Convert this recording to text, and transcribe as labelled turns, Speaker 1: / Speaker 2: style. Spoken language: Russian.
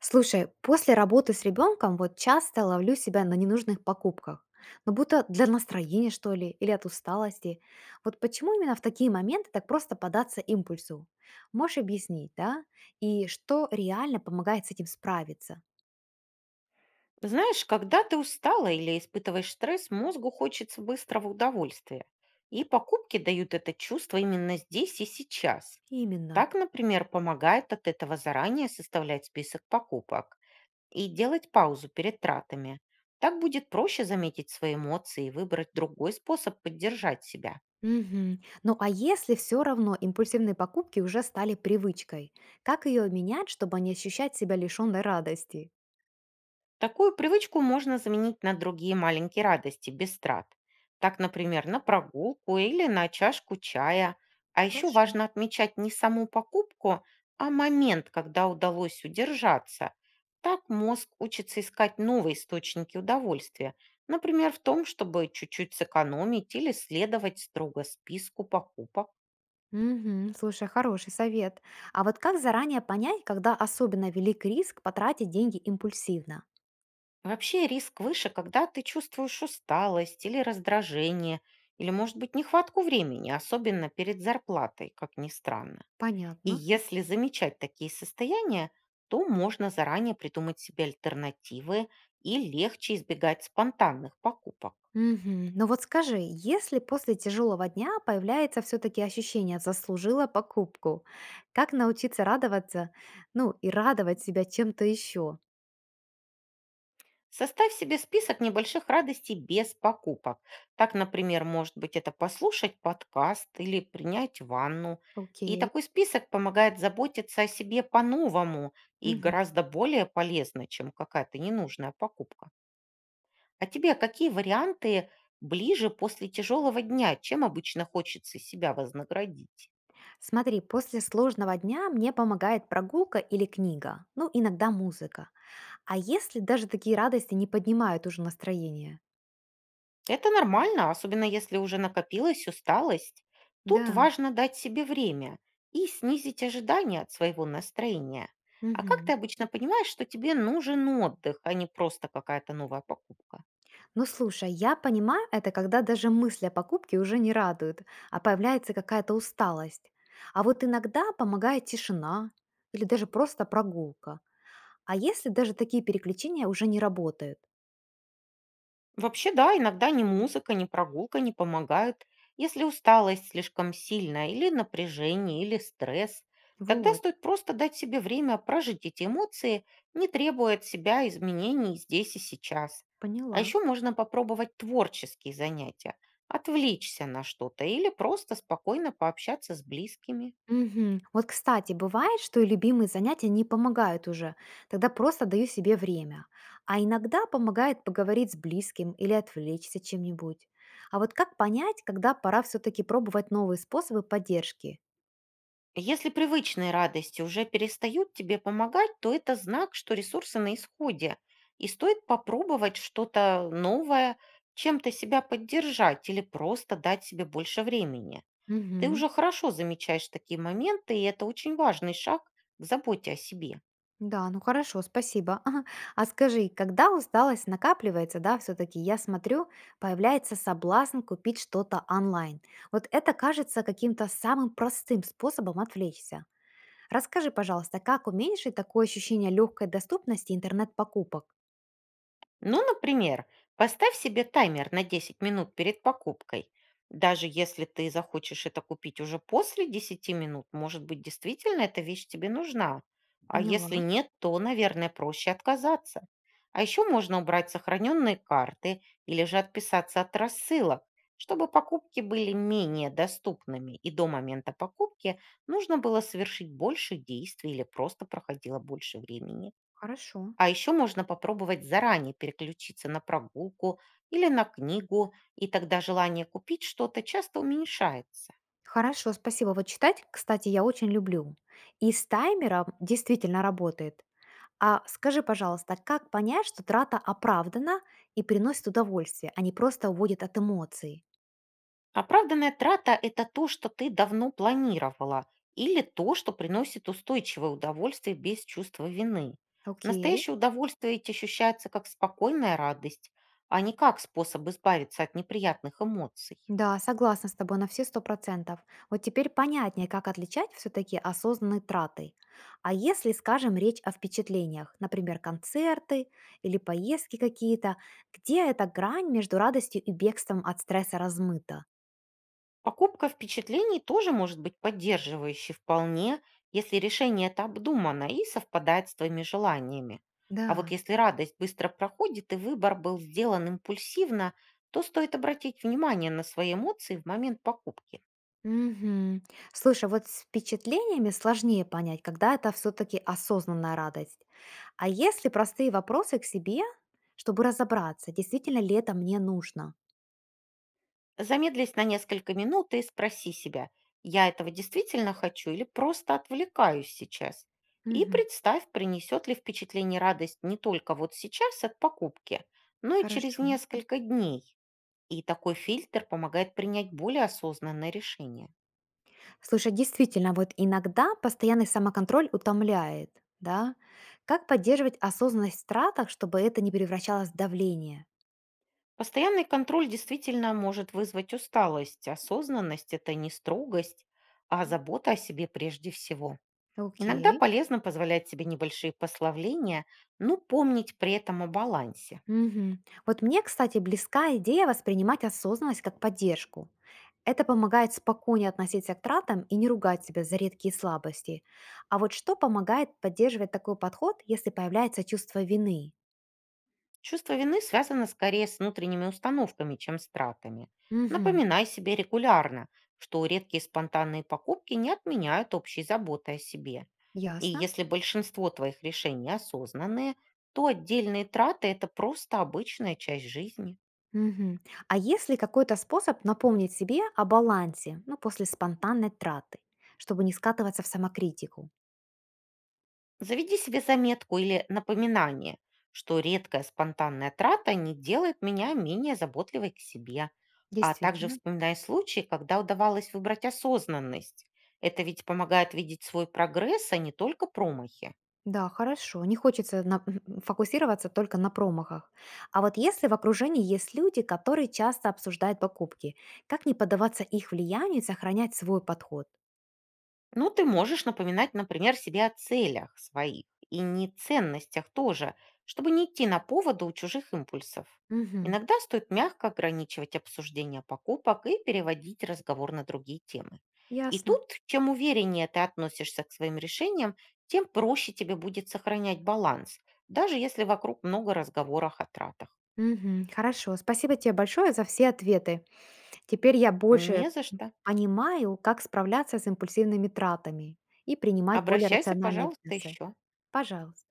Speaker 1: Слушай, после работы с ребенком вот часто ловлю себя на ненужных покупках, но будто для настроения, что ли, или от усталости. Вот почему именно в такие моменты так просто податься импульсу? Можешь объяснить, да? И что реально помогает с этим справиться?
Speaker 2: Знаешь, когда ты устала или испытываешь стресс, мозгу хочется быстрого удовольствия. И покупки дают это чувство именно здесь и сейчас.
Speaker 1: Именно.
Speaker 2: Так, например, помогает от этого заранее составлять список покупок и делать паузу перед тратами. Так будет проще заметить свои эмоции и выбрать другой способ поддержать себя.
Speaker 1: Мгм. Ну а если все равно импульсивные покупки уже стали привычкой, как ее менять, чтобы не ощущать себя лишенной радости?
Speaker 2: Такую привычку можно заменить на другие маленькие радости без трат. Так, например, на прогулку или на чашку чая. А еще
Speaker 1: Хорошо.
Speaker 2: важно отмечать не саму покупку, а момент, когда удалось удержаться. Так мозг учится искать новые источники удовольствия. Например, в том, чтобы чуть-чуть сэкономить или следовать строго списку покупок.
Speaker 1: Мгм. Слушай, хороший совет. А вот как заранее понять, когда особенно велик риск потратить деньги импульсивно?
Speaker 2: Вообще риск выше, когда ты чувствуешь усталость или раздражение, или, может быть, нехватку времени, особенно перед зарплатой, как ни странно. И
Speaker 1: Понятно.
Speaker 2: если замечать такие состояния, то можно заранее придумать себе альтернативы и легче избегать спонтанных покупок.
Speaker 1: Мгм. Но вот скажи, если после тяжелого дня появляется все-таки ощущение «заслужила покупку», как научиться радоваться, ну и радовать себя чем-то еще?
Speaker 2: Составь себе список небольших радостей без покупок. Так, например, может быть это послушать подкаст или принять ванну. И
Speaker 1: Окей.
Speaker 2: такой список помогает заботиться о себе по-новому и
Speaker 1: Мгм.
Speaker 2: гораздо более полезно, чем какая-то ненужная покупка. А тебе какие варианты ближе после тяжелого дня? Чем обычно хочется себя вознаградить?
Speaker 1: Смотри, после сложного дня мне помогает прогулка или книга, ну иногда музыка. А если даже такие радости не поднимают уже настроение?
Speaker 2: Это нормально, особенно если уже накопилась усталость. Тут
Speaker 1: Да.
Speaker 2: важно дать себе время и снизить ожидания от своего настроения. А как
Speaker 1: Мгм.
Speaker 2: ты обычно понимаешь, что тебе нужен отдых, а не просто какая-то новая покупка?
Speaker 1: Ну слушай, я понимаю это, когда даже мысли о покупке уже не радуют, а появляется какая-то усталость. А вот иногда помогает тишина или даже просто прогулка. А если даже такие переключения уже не работают?
Speaker 2: Вообще, да, иногда ни музыка, ни прогулка не помогают. Если усталость слишком сильная, или напряжение, или стресс, тогда
Speaker 1: Вот,
Speaker 2: стоит просто дать себе время прожить эти эмоции, не требуя от себя изменений здесь и сейчас. А
Speaker 1: поняла.
Speaker 2: еще можно попробовать творческие занятия, отвлечься на что-то или просто спокойно пообщаться с близкими.
Speaker 1: Мгм. Вот, кстати, бывает, что и любимые занятия не помогают уже. Тогда просто даю себе время. А иногда помогает поговорить с близким или отвлечься чем-нибудь. А вот как понять, когда пора все-таки пробовать новые способы поддержки?
Speaker 2: Если привычные радости уже перестают тебе помогать, то это знак, что ресурсы на исходе, и стоит попробовать что-то новое, чем-то себя поддержать или просто дать себе больше времени. Ты
Speaker 1: Мгм.
Speaker 2: уже хорошо замечаешь такие моменты, и это очень важный шаг к заботе о себе.
Speaker 1: Да, ну хорошо, спасибо. А скажи, когда усталость накапливается, да, все-таки я смотрю, появляется соблазн купить что-то онлайн. Вот это кажется каким-то самым простым способом отвлечься. Расскажи, пожалуйста, как уменьшить такое ощущение легкой доступности интернет-покупок?
Speaker 2: Ну, например, поставь себе таймер на 10 минут перед покупкой. Даже если ты захочешь это купить уже после 10 минут, может быть, действительно эта вещь тебе нужна. А если
Speaker 1: Поняла.
Speaker 2: нет, то, наверное, проще отказаться. А еще можно убрать сохраненные карты или же отписаться от рассылок, чтобы покупки были менее доступными, и до момента покупки нужно было совершить больше действий или просто проходило больше времени.
Speaker 1: Хорошо.
Speaker 2: А еще можно попробовать заранее переключиться на прогулку или на книгу, и тогда желание купить что-то часто уменьшается.
Speaker 1: Хорошо, спасибо. Вот читать, кстати, я очень люблю. И с таймером действительно работает. А скажи, пожалуйста, как понять, что трата оправдана и приносит удовольствие, а не просто уводит от эмоций?
Speaker 2: Оправданная трата– это то, что ты давно планировала, или то, что приносит устойчивое удовольствие без чувства вины.
Speaker 1: Окей.
Speaker 2: Настоящее удовольствие ведь ощущается как спокойная радость, а не как способ избавиться от неприятных эмоций.
Speaker 1: Да, согласна с тобой на все 100%. Вот теперь понятнее, как отличать все-таки осознанные траты. А если, скажем, речь о впечатлениях, например, концерты или поездки какие-то, где эта грань между радостью и бегством от стресса размыта?
Speaker 2: Покупка впечатлений тоже может быть поддерживающей вполне, если решение это обдумано и совпадает с твоими желаниями. А вот
Speaker 1: Да.
Speaker 2: если радость быстро проходит и выбор был сделан импульсивно, то стоит обратить внимание на свои эмоции в момент покупки.
Speaker 1: Мгм. Слушай, вот с впечатлениями сложнее понять, когда это все-таки осознанная радость. А если простые вопросы к себе, чтобы разобраться, действительно ли это мне нужно?
Speaker 2: Замедлись на несколько минут и спроси себя, я этого действительно хочу или просто отвлекаюсь сейчас? И
Speaker 1: Мгм.
Speaker 2: представь, принесет ли впечатление радость не только вот сейчас от покупки, но и через
Speaker 1: Хорошо.
Speaker 2: несколько дней. И такой фильтр помогает принять более осознанное решение.
Speaker 1: Слушай, действительно, вот иногда постоянный самоконтроль утомляет, да? Как поддерживать осознанность в тратах, чтобы это не превращалось в давление?
Speaker 2: Постоянный контроль действительно может вызвать усталость. Осознанность– это не строгость, а забота о себе прежде всего. Иногда
Speaker 1: Окей.
Speaker 2: полезно позволять себе небольшие пославления, но помнить при этом о балансе.
Speaker 1: Мгм. Вот мне, кстати, близка идея воспринимать осознанность как поддержку. Это помогает спокойнее относиться к тратам и не ругать себя за редкие слабости. А вот что помогает поддерживать такой подход, если появляется чувство вины?
Speaker 2: Чувство вины связано скорее с внутренними установками, чем с тратами.
Speaker 1: Мгм.
Speaker 2: Напоминай себе регулярно, что редкие спонтанные покупки не отменяют общей заботы о себе. И
Speaker 1: Ясно.
Speaker 2: если большинство твоих решений осознанные, то отдельные траты– это просто обычная часть жизни.
Speaker 1: Мгм. А есть ли какой-то способ напомнить себе о балансе, ну, после спонтанной траты, чтобы не скатываться в самокритику?
Speaker 2: Заведи себе заметку или напоминание, что редкая спонтанная трата не делает меня менее заботливой к себе. А также
Speaker 1: Действительно.
Speaker 2: вспоминай случаи, когда удавалось выбрать осознанность. Это ведь помогает видеть свой прогресс, а не только промахи.
Speaker 1: Да, хорошо. Не хочется фокусироваться только на промахах. А вот если в окружении есть люди, которые часто обсуждают покупки, как не поддаваться их влиянию и сохранять свой подход?
Speaker 2: Ну, ты можешь напоминать, например, себе о целях своих и не ценностях тоже, чтобы не идти на поводу у чужих импульсов.
Speaker 1: Мгм.
Speaker 2: Иногда стоит мягко ограничивать обсуждение покупок и переводить разговор на другие темы. И
Speaker 1: Ясно.
Speaker 2: тут, чем увереннее ты относишься к своим решениям, тем проще тебе будет сохранять баланс, даже если вокруг много разговоров о тратах.
Speaker 1: Мгм. Хорошо. Спасибо тебе большое за все ответы. Теперь я больше
Speaker 2: Не за что.
Speaker 1: понимаю, как справляться с импульсивными тратами и принимать более
Speaker 2: Обращайся,
Speaker 1: рациональные
Speaker 2: пожалуйста,
Speaker 1: весы.
Speaker 2: еще.
Speaker 1: Пожалуйста.